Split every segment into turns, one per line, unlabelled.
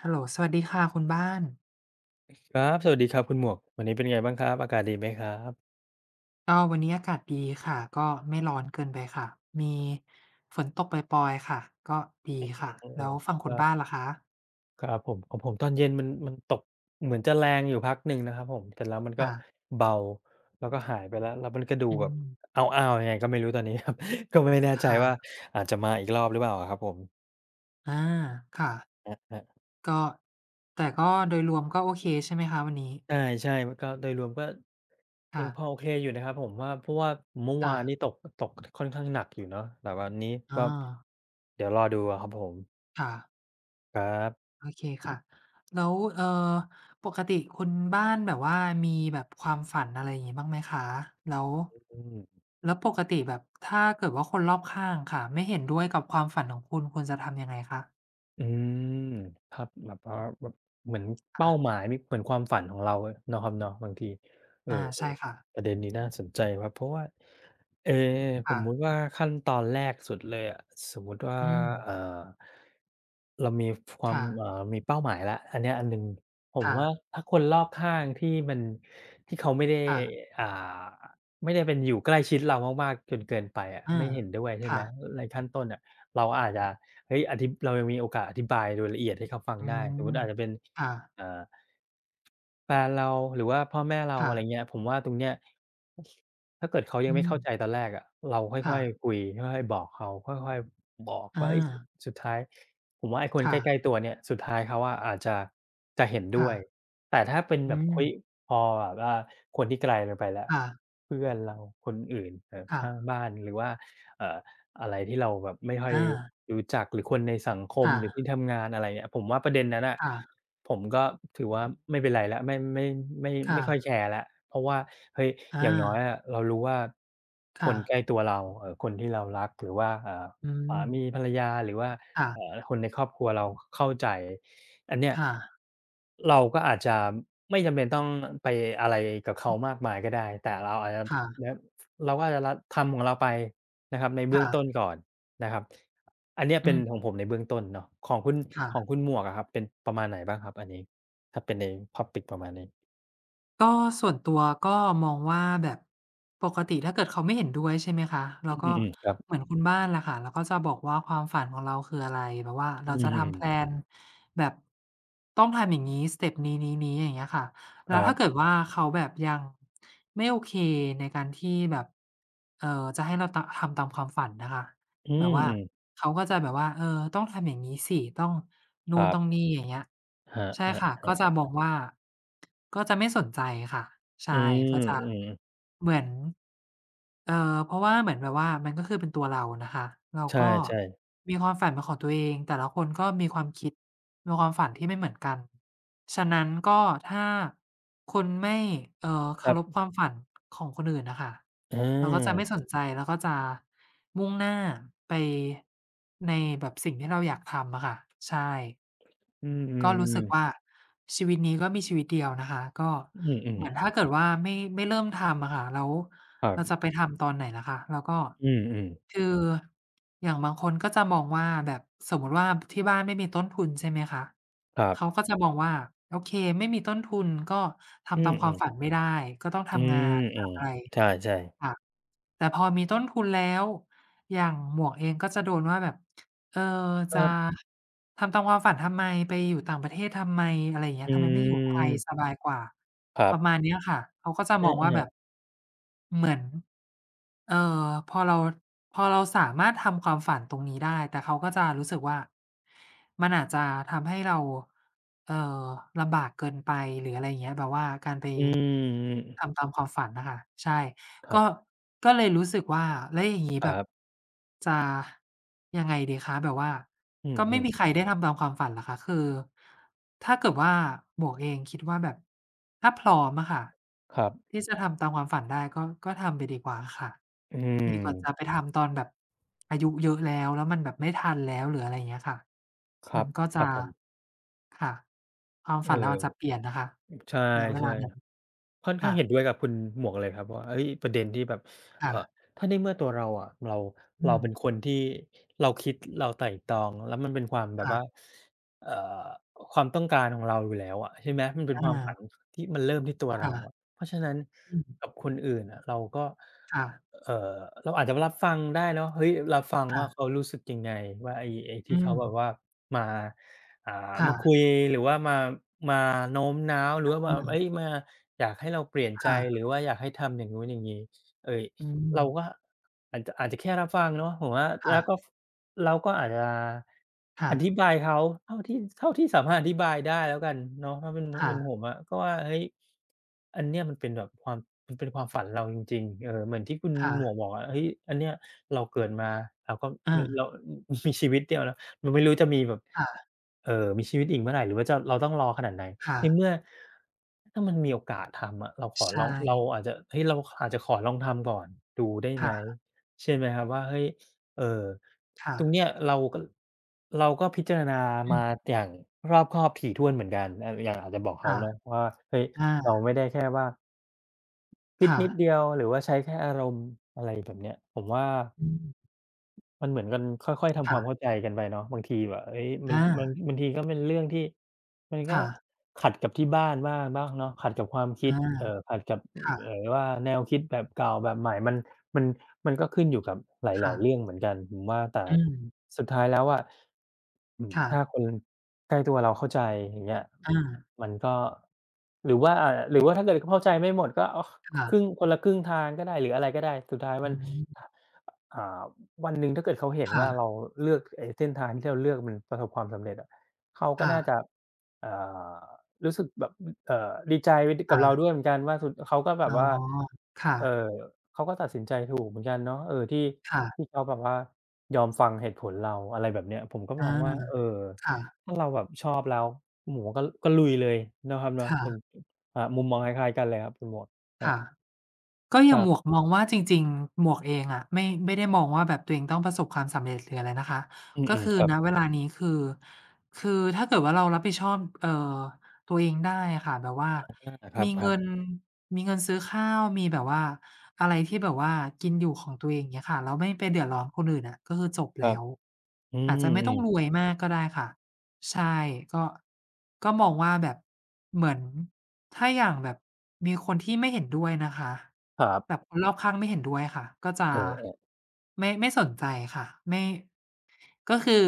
ฮัลโหลสวัสดีค่ะคุณบ้าน
ครับสวัสดีครับคุณหมวกวันนี้เป็นไงบ้างครับอากาศดีไหมครับ
ก็วันนี้อากาศดีค่ะก็ไม่ร้อนเกินไปค่ะ มีฝนตกปล่อยๆค่ะก็ดีค่ะ
โอ้โฮ
แล้วฝั่ง
ค
คุณ
รั
บ้าน
บ
ล่ะคะ
ครับผมของผมตอนเย็นมันตกเหมือนจะแรงอยู่พักหนึ่งนะครับผมเสร็จแล้วมันก็
ค่ะ
เบาแล้วก็หายไปแล้วมันก็ดู
อื
แบบ
ม
อ้าวๆยังไงก็ไม่รู้ตอนนี้ครับ ก็ไม่แน่
ค
ใจว่า
่ะ
อาจจะมาอีกรอบหรือเปล่าอะครับผม
อาค่ะ
ครับ
ก็แต่ก็โดยรวมก็โอเคใช่ไหมคะวันนี้
ๆใช่ๆมันก็โดยรวมก็ยั
ค่ะ
งพอโอเคอยู่นะครับผมว่าเพราะว่าเมื่อวา
ค่ะ
นนี่ตกค่อนข้างหนักอยู่เนาะแต่วันนี้ก็
อา
เดี๋ยวรอดูอะครับผม
ค่ะ
ครับ
โอเคค่ะแล้วอปกติคุณบ้านแบบว่ามีแบบความฝันอะไรอย่างงี้บ้างไหมคะแล้ว
อืม
แล้วปกติแบบถ้าเกิดว่าคนรอบข้างค่ะไม่เห็นด้วยกับความฝันของคุณคุณจะทำยังไงคะ
อืมครับแบบว่าแบบเหมือนเป้าห
ค่ะ
มายมีเหมือนความฝันของเราเนาะครับเนาะบางทีเออ
อาใช่ค่ะ
ๆประเด็นนี้น่าสนใจครับเพราะว่าเอสม
ค่ะ
มุติว่าขั้นตอนแรกสุดเลยอะสมมุติว่า
อืม
เอ่อเรามีฟความ
ค่ะ
มีเป้าหมายแล้วอันเนี้ยอันหนึ่งผม
ค่ะ
ว่าถ้าคนรอบข้างที่มันที่เขาไม่ได้
ค่ะ
อ่าไม่ได้เป็นอยู่ใกล้ชิดเรามากๆจนเกินไปอะ
อา
ไม่เห็นด้วยใช่ไหม
ค่ะ
ในขั้นต้นอะเราอาจจะ เฮ้ยอธิเรายังมีโอกาสอธิบายโดยละเอียดให้เขาฟัง
อื
ได้สมมุ
ม
ติอาจจะเป็น
ค่ะ
อ่าแฟนเราหรือว่าพ่อแม่เราอะไร
ค่ะ
เงี้ยผมว่าตรงเนี้ยถ้าเกิดเขายัง
อื
ไม่
ม
เข้าใจตอนแรกอะเราค่
ค่ะ
อยๆคุยค่อยๆบอกเขาค่อยๆบอก
อา
ว่าเฮ้ยสุดท้ายผมว่าไอ้คนใก
ค่ะ
ล้ๆตัวเนี่ยสุดท้ายเขาอะอาจจะจะเห็นด้
ค่ะ
วยแต่ถ้าเป็น
อื
แบบ
ม
เฮ้ยพอแบบว่าคนที่ไกลเราไปแล้ว
ค่ะ
เพื่อนเราคนอื่น
ค่ะ
ข้างบ้านหรือว่าเอ่อ อะไรที่เราแบบไม่ค่อย
อา
รู้จักหรือคนในสังคม
ค่ะ
หรือที่ทำงานอะไรเงี้ยผมว่าประเด็นนั้นน่ะ
ค่ะ
ผมก็ถือว่าไม่เป็นไรแล้วไม่
ค่ะ
ไม่ค่อยแคร์แล้วเพราะว่าเฮ้ยอ
อา
ย่างน้อยอะเรารู้ว่าค
ค่ะ
นใกล้ตัวเราคนที่เรารักหรือว่า
อืม
สามีภรรยาหรือว่า
ค่ะ
คนในครอบครัวเราเข้าใจอันเนี้ย
ค่ะ
เราก็อาจจะไม่จำเป็นต้องไปอะไรกับเขามากมายก็ได้แต่เราอาจจะ
ค่ะ
แล้วเราก็อาจจะทำของเราไป นะครับในเบื้อง
ค่ะ
ต้นก่อนนะครับอันเนี้ย
อื
เป็นขอ
ม
งผมในเบื้องต้นเนาะของคุณ
ค่ะ
หมวกอะครับเป็นประมาณไหนบ้างครับอันนี้ถ้าเป็นใน topic ประมาณนี้
ก็ส่วนตัวก็มองว่าแบบปกติถ้าเกิดเขาไม่เห็นด้วยใช่ไหมคะเรา
อื
ก็
มๆครับ
เหมือนคุณบ้านแหละค่ะเราก็จะบอกว่าความฝันของเราคืออะไรแบบว่า
อื
เราจะทำแพล
ม
นแบบต้องทำอย่างงี้สเต็ปนี้ๆๆอย่างเงี้ยค่ะ
ค
แล้ว
รั
ถ้าเกิ
บ
ดว่าเขาแบบยังไม่โอเคในการที่แบบเอ่อจะให้เราตะทำตามความฝันน่ะค่ะ
อื
แบบ
ม
ว่า
ๆ
เขาก็จะแบบว่าเออต้องทำอย่างงี้สิต้อง
ค
นู่น
รั
ต้อง
บ
นี่อย่างเงี้ย
ครับ
ใช่ค่ะ
ครั
ก็จะ
บ
มองว่าก็จะไม่สนใจค่ะ
ๆ
ใช่
อื
ก็จะ
มๆ
เหมือนเอ่อเพราะว่าเหมือนแบบว่ามันก็คือเป็นตัวเรานะคะเรา
ใช
ก็
่ๆ
มีความฝันเป็นของตัวเองแต่ละคนก็มีความคิดมีความฝันที่ไม่เหมือนกันฉะนั้นก็ถ้าคุณไม่เอ่อ
ค
เคา
รั
รพค
บ
วามฝันของคนอื่นน่ะค่ะ เราก็จะไม่
อา
สนใจเราก็จะมุ่งหน้าไปในแบบสิ่งที่เราอยากทำอะค่ะใช่
อื
ก็รู้สึก
มๆ
ว่า
ๆ
ชีวิตนี้ก็มีชีวิตเดียวนะคะก็
อืม
เหมือนถ้า
ๆ
เกิดว่าไม่เริ่มทำอะค่ะแล้ว
ครั
เราจะ
บ
ไปทำตอนไหนล่ะคะแล้วก็
อืมๆ
คืออย่างบางคนก็จะมองว่าแบบสมมุติว่าที่บ้านไม่มีต้นทุนใช่ไหมคะ
ครั
เขา
บ
ก็จะมองว่าโอเคไม่มีต้นทุนก็
อื
ทำตามความฝัน
ม
ไม่ได้ก็ต้อง
ๆอื
ทำงาน
ม
ทำอะไร
ๆใช่ๆ
ค่ะ แต่พอมีต้นทุนแล้วอย่างหมวกเองก็จะโดนว่าแบบเออ
ค
จะ
รับ
ทำตามความฝันทำไมไปอยู่ต่างประเทศทำไมอะไรอย่างเงี้ย
อื
ทำไมไม่อยู่ไทยส
ม
บายกว่า
ครั
ประมาณ
บ
เนี้ยค่ะเขาก็จะ
เ
มองว่าแบบ
ออ
เหมือนเอ่อพอเราพอเราสามารถทำความฝันตรงนี้ได้แต่เขาก็จะรู้สึกว่ามันอาจจะทำให้เราเอ่อลำบากเกินไปหรืออะไรอย่างเงี้ยแบบว่าการไป
ๆอืม
ทำตามความฝันน่ะค่ะใช่
ครั
ก็
บ
ก็เลยรู้สึกว่าแล้วอย่างงี้
ค
แบ
รั
บ
บ
จะยังไงดีคะแบบว่า
อื
ก็ไม่มี
ม
ใครได้ทำตามความฝันเหรอคะคือถ้าเกิดว่าหมวกเองคิดว่าแบบถ้าพร้อมอะค่ะ
ครับ
ที่จะทำตามความฝันได้ก็ทำไปดีกว่าค่ะ
อืม
ดีกว่าจะไปทำตอนแบบอายุเยอะแล้วแล้วมันแบบไม่ทันแล้วหรืออะไรอย่างเงี้ยค่ะ
ครั
มั
บ
นก็
ค
จะ
รับผม
ค่ะความ
เอ
ฝันเราอาจจะเป
อ
ลี่ยนนะคะ
ใช่
ณเวลานั้น
ๆค่อนข้า
ค่ะ
งเห็นด้วยกับคุณหมวกเลยครับว่าเฮ้ยประเด็นที่แบบเอ่
ค่ะ
อถ้าในเมื่อตัวเราอะเรา
อื
เรา
ม
เป็นคนที่เราคิดเราไตร่ตรองแล้วมันเป็นความแบบ
ค่ะ
ว่าเอ่อความต้องการของเราอยู่แล้วอะใช่ไหมมันเป็น
อา
ความฝันที่มันเริ่มที่ตัวเรา
ค่ะ
อะเพราะฉะนั้น
อืม
กับคนอื่นอะเราก็
ค่ะ
เอ่อเราอาจจะรับฟังได้เนาะเฮ้ยรับฟังว่า
ค่ะ
เขารู้สึกยังไงว่าไอ้
อื
ที่
ม
เขาแบบว่ามา อ่า
ค่ะ
มาคุยหรือว่ามาโน้มน้าวหรือว่า
อื
มาเฮ้ย
ม
มาอยากให้เราเปลี่ยนใจหรื
ค่ะ
อว่าอยากให้ทำอย่างนู้นอย่างงี้เอ่ย
อื
เราก็
ม
อาจจะแค่รับฟังเนาะผมว่าแล้วก็
ค่ะ
เราก็อาจจะอ
ค่ะ
ธิบายเขาเท่าที่สามารถอธิบายได้แล้วกันเนาะถ้าเป็นถ้า
ค่ะ
เป็นผมอะก็ว่าเฮ้ยอันเนี้ยมันเป็นแบบความมันเป็นความฝันเราจริงๆเออเหมือนที่คุณ
ค่ะ
หมวกบอกอะเฮ้ยอันเนี้ยเราเกิดมาเราก็
อา
มันเรา มีชีวิตเดียวนะ มันไม่รู้จะมีแบบ
ค่ะ
เอ่อมีชีวิตอีกเมื่อไรหรือว่าจะเราต้องรอขนาดไหน
ค่ะ
ในเมื่อถ้ามันมีโอกาสทำอะเราขอล
ใช่
องเราอาจจะเฮ้ยเราอาจจะขอลองทำก่อนดูได้ไหม
ค่ะ
ใช่ไหมครับว่าเฮ้ยเอ่อ
ค่ะ
ตรงเนี้ยเราก็พิจารณา
อื
มา
ม
อย่างรอบคอบถี่ถ้วนเหมือนกันอาอย่างอาจจะบอกเขา
ค่ะ
เนาะว่าเฮ้ยเรา
อา
ไม่ได้แค่ว่าคิด
ค่ะ
นิดเดียวหรือว่าใช้แค่อารมณ์อะไรแบบเนี้ยผมว่า
อืม
มันเหมือนกันค่อยๆทำความเข้า
ค่ะ
ใจกันไปเนาะบางทีแบบเฮ้ยมัน
อา
บางทีก็เป็นเรื่องที่มันก็
ค่ะ
ขัดกับที่บ้านบ้างเนาะขัดกับความคิด
อา
ขัดกับ
ค่ะ
ว่าแนวคิดแบบเก่าแบบใหม่มันมันก็ขึ้นอยู่กับหลา
ค่ะ
ยๆเรื่องเหมือนกันผมว่าแต่
อืม
สุดท้ายแล้วอะอืม
ค่ะ
ถ้าคนใกล้ตัวเราเข้าใจอย่างเงี้ย
อา
อืมมันก็หรือว่าหรือว่าถ้าเกิดเข้าใจไม่หมดก็เอาครึ่ง
ค่ะ
คนละครึ่งทางก็ได้หรืออะไรก็ได้สุดท้าย
อื
มัน
ม
อ่าวันหนึ่งถ้าเกิดเขาเห็นว่าเรา
ค่ะ
เลือกไอ้เส้นทางที่เราเลือกมันประสบความสำเร็จอะเขาก็
ค่ะ
น่าจะเอ่อรู้สึกแบบดีใจไปดกับเราด้ว
ค่ะ
ยเหมือนกันว่าสุดเขาก็แบ
อ๋
บ
อ
ว่า
ค่ะ
เอ่อเขาก็ตัดสินใจถูกเหมือนกันเนาะเออที่
ค่ะ
เขาแบบว่ายอมฟังเหตุผลเราอะไรแบบเนี้ยผมก็มอ
อา
งว่า
ค่ะ
ถ้าเราแบบชอบแล้วโอ้โฮก็ลุยเลยนะครับเนาะเป็น
ค่ะ
อ่ามุมมองคล้ายๆกันเลยครับคุณหมวกครับ
ค่ะ ก็อ
ค
ย่าง
รั
หมวก
บ
มองว่าจริงๆหมวกเองอะไม่ได้มองว่าแบบตัวเองต้องประสบความสำเร็จหรืออะไรนะคะ
อื
ก็
ม
คื
ๆ
อ
ครับ
ณเวลานี้คือคือถ้าเกิดว่าเรารับผิดชอบตัวเองได้อะค่ะแบบว่า
อาครั
มี
บๆคร
เงินมีเงินซื้อข้าวมีแบบว่าอะไรที่แบบว่ากินอยู่ของตัวเองอย่างเงี้ยค่ะแล้วไม่ไปเดือดร้อนคนอื่นอะก็คือจบ
ั
แล้
บ
ว
อื
อาจจะไม่ต้องรว
ม
ยมากก็ได้ค่ะ ใช่ก็ก็มองว่าแบบเหมือนถ้าอย่างแบบมีคนที่ไม่เห็นด้วยนะคะ
ครั
แบ
บ
บคนรอบข้างไม่เห็นด้วยค่ะก็จะ
เออ
ไม่สนใจค่ะไม่ก็คือ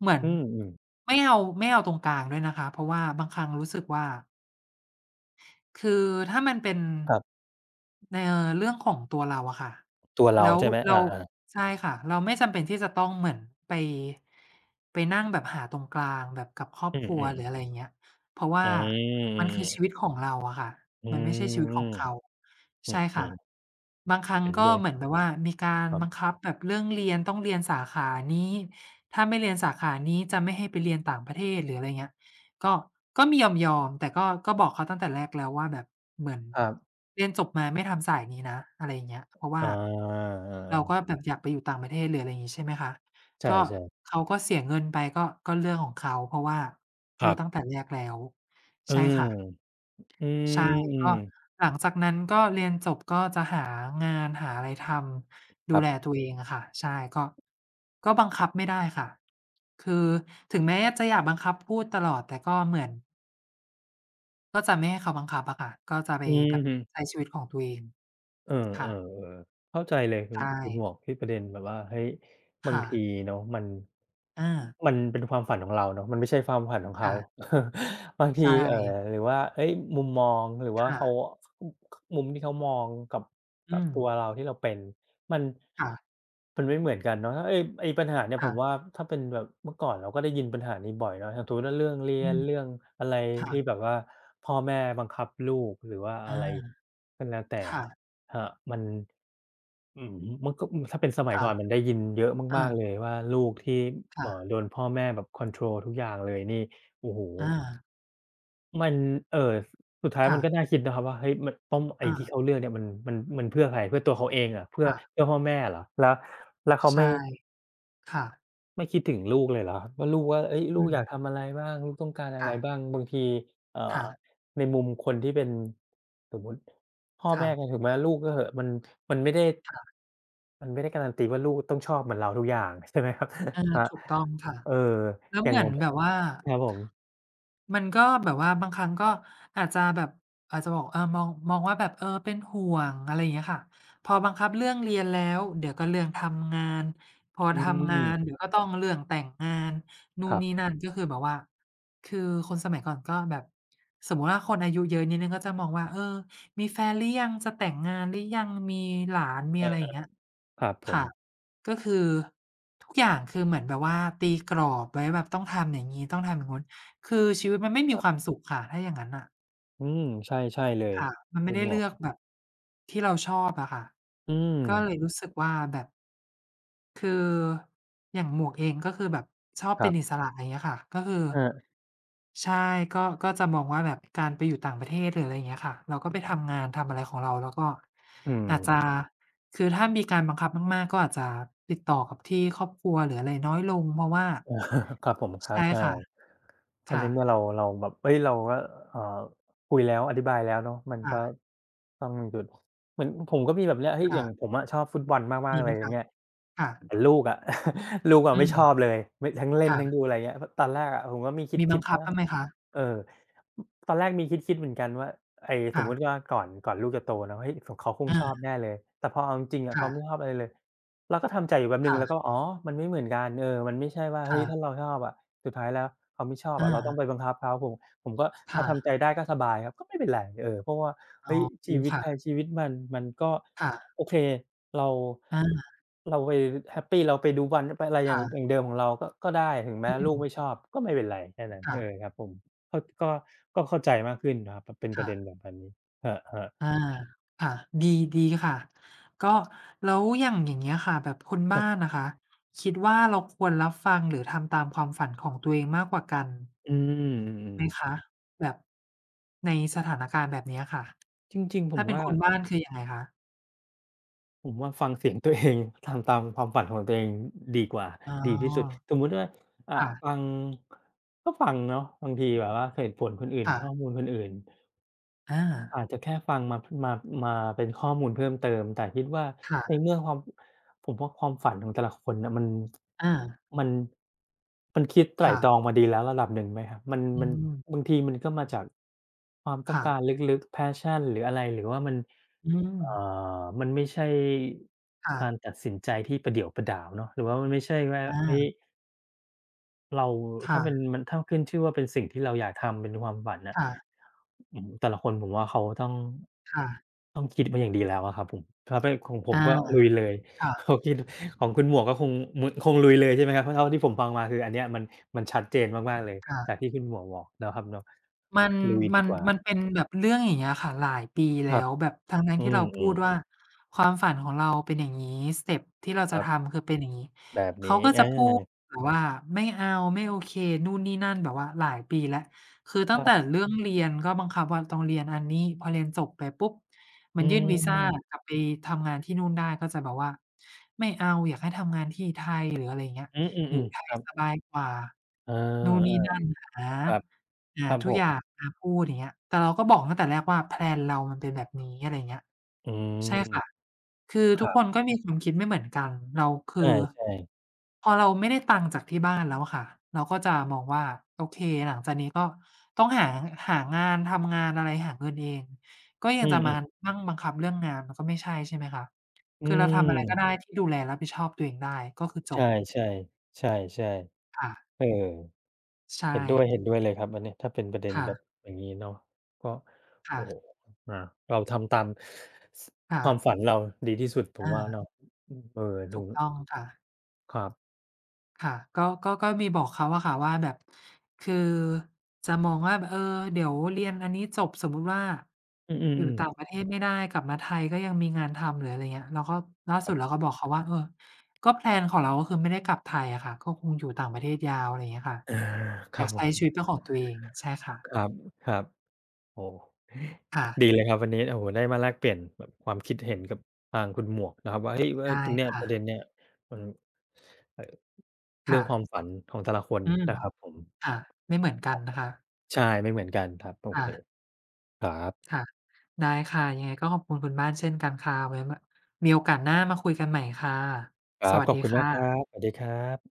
เหมือ
ๆ
น
อืมๆ
ไม่เอาไม่เอาตรงกลางด้วยนะคะเพราะว่าบางครั้งรู้สึกว่า คือถ้ามันเป็น
ครับ
ในเรื่องของตัวเราอะค่ะ
ตัวเรา
แล้ว
ใช่ไหม
เรา
อาๆ
ใช่ค่ะเราไม่จำเป็นที่จะต้องเหมือนไปไปนั่งแบบหาตรงกลางแบบกับครอบ
อื
ครัว
ม
หรือ
ๆ
อะไรอย่างเงี้ยเพราะ
อื
ว่ามันคือชีวิต
ม
ของเราอะค่ะ
อื
มันไม่ใช่ชีวิตข
ม
องเขา
อื
ใช่ค่ะ
ม
บางครั้
ๆ
ง
เห็น
ก็
ด้วย
เหมือนแบบว่ามีการ
ครั
บัง
บ
คับแบบเรื่องเรียนต้องเรียนสาขานี้ถ้าไม่เรียนสาขานี้จะไม่ให้ไปเรียนต่างประเทศหรืออะไรเงี้ย ก็มียอมแต่ก็บอกเขาตั้งแต่แรกแล้วว่าแบบเหมือน
ครับ
เรียนจบมาไม่ทำสายนี้นะอะไรอย่างเงี้ยเพราะ
อ
ว่า
า
เราก็
ๆๆ
แบบอยากไปอยู่ต่างประเทศหรืออะไรอย่างงี้ใช่ไหมคะก็
ใช่ๆ
เขาก็เสียเงินไปก็เรื่องของเขาเพราะว่า
ค
พู
รั
ดตั้ง
บ
แต่แรกแล้ว
เออ
ใช่ค่ะ
อื
ใช่ก็
มๆ
หลังจากนั้นก็เรียนจบก็จะหางานหาอะไรทำ
ค
ดู
รั
แล
บ
ตัวเองอะค่ะใช่ก็ก็บังคับไม่ได้ค่ะคือถึงแม้จะอยากบังคับพูดตลอดแต่ก็เหมือน ก็จะไม่ให้เขาบังคับอะค่ะก็จะไป
อื
แบ
อ
บ
ฮึ
ใช้ชีวิตของตัวเอง
เออ
ค่ะ
ๆๆเข้าใจเลยคุณ
ใช่
คุณหมวกที่ประเด็นแบบว่าเฮ้ยบาง
ค่ะ
ทีเนาะ
อา
มันเป็นความฝันของเราเนาะมันไม่ใช่ความฝันของเขา
ค่ะ
บางที
ใช่
หรือว่าเฮ้ยมุมมองหรือว่า
ค่ะ
เขาอมุมที่เขามองกับกั
อื
บ
ม
ตัวเราที่เราเป็นมัน
ค่ะ
มันไม่เหมือนกันเนาะไอ้ปัญหาเนี่ยผ
ค่ะ
มว่าถ้าเป็นแบบเมื่อก่อนเราก็ได้ยินปัญหานี้บ่อยเนาะอย่างสมมุติว่าเรื่องเรี
อื
ยน
ม
เรื่องอะไร
ค่ะ
ที่แบบว่าพ่อแม่บังคับลูกหรือว่าอะ
อา
ไรก็แล้วแต่
ค่ะ
ครับมันอืมมันก็ถ้าเป็นสมัยก่อนมัน
ค่ะ
ได้ยินเยอะ
อา
มากๆเลยว่าลูกที่
ค่ะ
โดนพ่อแม่แบบคอนโทรลทุกอย่างเลยนี่โอ้โฮ
อา
มันเอ่อสุดท้ายมั
ค่ะ
นก็น่าคิดนะครับว่าเฮ้ยมันต้องไอ้
อา
ที่เขาเลือกเนี่ยมันมันเพื่อใครเพื่อตัวเขาเองเหรอ
ค่ะ
เพื่อพ่อแม่เหรอแล้วแล้วเขา
ใช่
ไม่
ค่ะ
ไม่คิดถึงลูกเลยเหรอครับว่าลูกว่าเฮ้ยลู
อื
ก
ม
อยากทำอะไรบ้างลูกต้องการอะไรบ้าง
ค่ะ
บางทีเอ่อ
ค่ะ
ในมุมคนที่เป็นสมมุติพ่อ
ค่ะ
แม่กันถึงแม้ลูกก็เหอะมันไม่ได้
ค่ะ
มันไม่ได้การันตีว่าลูกต้องชอบเหมือนเราทุกอย่าง ใช่ไหมครับ
เออ
ครับ
ถูกต้องค่ะ
เออ
แล้ว
อย่า
เห
ง
มื
ข
อน
องผ
แบ
ม
บว่า
ครับผม
มันก็แบบว่าบางครั้งก็อาจจะแบบอาจจะบอกเออมองว่าแบบเออเป็นห่วงอะไรอย่างเงี้ยค่ะพอบังคับเรื่องเรียนแล้วเดี๋ยวก็เรื่องทำงานพอ
อื
ทำงา
ม
นเดี๋ยวก็ต้องเรื่องแต่งงานนู่
ค
น
รั
นี่
บ
นั่นก็คือแบบว่าคือคนสมัยก่อนก็แบบสมมุติว่าคนอายุเยอะนิดหนึ่งก็จะมองว่าเออมีแฟนหรือยังจะแต่งงานหรือยังมีหลานมี
เออ
อะไรอย่างเงี้ย
ครับผม
ค่ะก็คือทุกอย่างคือเหมือนแบบว่าตีกรอบไว้แบบต้องทำอย่างงี้ต้องทำอย่างนู้นคือชีวิตมันไม่
ค
มี
รั
ความ
บ
สุขค่ะถ้าอย่างงั้นน่ะ
อืมใช่ใช่เลย
ค่ะมัน
คุ
ไม่
ณ
ได้
หมว
เลื
ก
อกแบบที่เราชอบอะค่ะ
อืม
ก็เลยรู้สึกว่าแบบคืออย่างหมวกเองก็คือแบบชอบ
ครั
เป็นอิ
บ
สระอย่างเงี้ยค่ะก็คือ
อา
ใช่ก็จะมองว่าแบบการไปอยู่ต่างประเทศหรืออะไรอย่างเงี้ยค่ะเราก็ไปทำงานทำอะไรของเราแล้วก็
อืม
อาจจะคือถ้ามีการบังคับมากๆก็อาจจะติดต่อกับที่ครอบครัวหรืออะไรน้อยลงเพราะว่า
ครับผมครับ
ใช่
ใช่
ค่ะ
เพราะใน
ค่ะ
เมื่อเราแบบเฮ้ยเราก็เอ่อคุยแล้วอธิบายแล้วเนาะมันก็
ค่ะ
ต้องมีจุดเหมือนผมก็มีแบบเนี้ยเฮ้ยอ
ค่ะ
ย่างผมอะชอบฟุตบอลมากๆ
มี
อะ
ไหม
ไรอย่าง
คะ
เงี้ย
ค่ะ
แต่ลูกอะ ลูก
อื
อะไม่ชอบ
ม
เลยไม่ทั้งเล่น
ค่ะ
ทั้งดูอะไรเงี้ยตอนแรกอะผมก็มีค
มีบั
ิ
ง
ดๆ
คั
นะ
บบ้างไหมคะ
เออตอนแรกมีคิดๆเหมือนกันว่าไอ้สมมุติ
ค่ะ
ว่าก่อนลูกจะโตเนาะเฮ้ยสเขาคงช
อา
อบแน่เลยแต่พอเอาจริงๆอะเขาไม่
ค่ะ
ชอบอะไรเลยเราก็ทำใจอยู่แป๊บหนึ่งแล้วก็
ค่ะ
อ๋อมันไม่เหมือนกันเออมันไม่ใช่ว่าเฮ้ย
ค่ะ
ถ้าเราชอบอะ สุดท้ายแล้วเขาไม่ชอบ
อา
อะเราต้องไปบังคับเขาผมก็พอ
ค่ะ
ทำใจได้ก็สบายครับก็ไม่เป็นไรเออเพราะว่า
อ๋อ
เฮ้ยชี
รู้
วิตใคร
ค่ะ
ชีวิตมันมันก็
ค่ะ
โอเคเรา
อา
เราไปแฮปปีเราไปดูบอลไปอะไรอย่าง
ค่ะ
เดิมของเราก็ก็ได้ถึงแม้
อื
ลูก
ม
ไม่ชอบก็ไม่เป็นไรแค่นั้นเออ
ค่ะ
ครับผมก็ก็เข้าใจมากขึ้นนะครับเป็นประเด็น
ค่ะ
แบบอันนี้ครั
อา
บ
ค่ะดีดีค่ะก็แล้วอย่างเงี้ยค่ะแบบคุณ
ๆครั
บ้าน
บ
น่ะคะคิดว่าเราควรรับฟังหรือทำตามความฝันของตัวเองมากกว่ากัน
อืม
ไหม
ๆๆ
คะแบบในสถานการณ์แบบเนี้ยค่ะ
จริงๆผม
ถ้าเป็น
ว่า
คุณบ้านคือยังไงคะ
ผมว่าฟังเสียงตัวเอง ทำตามความฝันของตัวเองดีกว่า
อ๋
ดีที่สุด
อ
สมมุติว่าอ่า
ค่ะ
ฟังก็ฟังเนาะบางทีแบบว่าเหตุผลคนอื่น
ค่ะ
ข้อมูลคนอื่น
อา
อาจจะแค่ฟังมามาเป็นข้อมูลเพิ่มเติมแต่คิดว่าใน
ค่ะ
เมื่อความผมว่าความฝันของแต่ละคนน่ะมัน
อา
มันมันคิดไตร่
ค่ะ
ตรองมาดีแล้วระดับหนึ่งไหมครับมัน
อื
มัน
ม
บางทีมันก็มาจากความต้อง
ค่ะ
การลึกๆ passion หรืออะไรหรือว่ามัน
อืม
เอ่มันไม่ใช่
ค่ะ
การตัดสินใจที่ประเดี่ยวประดาวเนาะหรือว่ามันไม่ใช่ว่าเฮ้ย
อา
เราถ้าเป็น
ค่ะ
มันถ้าขึ้นชื่อว่าเป็นสิ่งที่เราอยากทำเป็นความฝันน่ะ
ค่ะ
อืมแต่ละคนผมว่าเขาต้อง
ค่ะ
คิดมาอย่างดีแล้วอะครับผมถ้าเป็นของผม
อา
ก็ลุยเลย
ค่ะ
เขาคิดของคุณหมวกก็คงมึนคงลุยเลยใช่ไหมครับเพราะเท่าที่ผมฟังมาคืออันเนี้ยมันชัดเจนมากๆเลยจาก
ค่ะ
ที่คุณหมวกบอกนะครับเนาะ
มัน
ลุย
มั
ดี
น
กว่า
มันเป็นแบบเรื่องอย่างเงี้ยค่ะหลายปี
ค
แล้
รับ
วแบบทั้งๆ
อื
ที่เราพู
ม
ดว่า
ๆ
ความฝันของเราเป็นอย่างงี้สเต็ปที่เรา
ค
จะ
รับ
ทำคือเป็นอย่างงี้
แบบ
เขา
นี้
ก็จะ
อา
พูดแบบว่าไม่เอาไม่โอเคนู่นนี่นั่นแบบว่าหลายปีแล้วคือ
ค
ตั้ง
รั
แต่
บ
เรื่องเรียนก็บังคับว่าต้องเรียนอันนี้พอเรียนจบไปปุ๊บมั
อื
นยื่นวีซา
ม
กลับไปทำงานที่นู่นได้ก็จะแบบว่าไม่เอาอยากให้ทำงานที่ไทยหรืออะไรอย่างเงี้ย
อืมอื
อยู่
ม
ไท
ๆค
ย
รับ
สบายกว่า
อา
นู่นนี่
เ
นั่นหา
ครับ
อ่า
ครับ
ทุ
ผ
กอย่าง
ม
อาพูดอย่างเงี้ยแต่เราก็บอกตั้งแต่แรกว่าแพลนเรามันเป็นแบบนี้อะไรอย่างเงี้ย
อืม
ใช่ค่ะคือ
ค
ทุ
รั
กคน
บ
ก็มีความคิดไม่เหมือนกันเราคือ
ใช่ๆ
พอเราไม่ได้ตังค์จากที่บ้านแล้วอะค่ะเราก็จะมองว่าโอเคหลังจากนี้ก็ต้องหางานทำงานอะไรหาเงินเองก็ยั
อื
ง
ม
จะมา
ๆ
นั่งบังคับเรื่องงานมันก็ไม่ใช่ใช่ไหมคะ
อื
คือเราทำอะไร
ม
ก็ได้ที่ดูแลรับผิดชอบตัวเองได้ก็คือจ
ใช่
บ
ๆใช่
ค่ะ
ๆเออ
ใช่
เห็นด้วยเห็นด้วยเลยครับอันเนี้ยถ้าเป็นประเด็น
ค่ะ
แบบอย่างงี้เนาะก็
ค่ะ
โอ้โฮอาเราทำตามส
ค่ะ
ความฝันเราดีที่สุดผม
อา
ว่าเนาะอืมเออดู
ถูกต้องค่ะ
ครับ
ค่ะก็มีบอกเขาอะค่ะว่าแบบคือจะมองว่าแบบเออเดี๋ยวเรียนอันนี้จบสมมุติว่า
อื
อยู่
อ
ต่าง
ๆๆ
ประเทศไม่ได้กลับมาไทยก็ยังมีงานทำหรืออะไรเงี้ยเราก็ล่า
ค
สุ
รั
ดเรา
บ
ก็บอกเขาว่าเออก็แพลนของเราก็คือไม่ได้กลับไทยอะค่ะก็คงอยู่ต่างประเทศยาวอะไรเงี้ยค่ะ
อาค
อ
รั
ยา
บ
ก
ผ
ใช้ชี
ม
วิตเป็นของตัวเองใช่
ค
ค่ะ
รับครับ โอ้
ค่ะ
ดีเลยครับวันนี้โอ้โหได้มาแลกเปลี่ยนแบบความคิดเห็นกับทางคุณหมวกนะครับว่าเฮ้ยว่า
ได้
ตรงเนี้ยประเด็น
ค่ะ
เนี้ยมันเอ่อเรื่อ
ค่ะ
งความฝันของแต่ละคน
อืม
นะครับผม
ค่ะไม่เหมือนกันนะคะ
ใช่ไม่เหมือนกันครับโอเค
ค่ะ
ครับ
ค่ะได้ค่ะยังไงก็ขอบคุณคุณบ้านเช่นกันค่ะไว้มามีโอกาสหน้ามาคุยกันใหม่ค่ะ
ครั
ส
บ
วั
ข
ส
อบ
ดี
คุณมากครั
ค่ะ
บสวัสดีครับ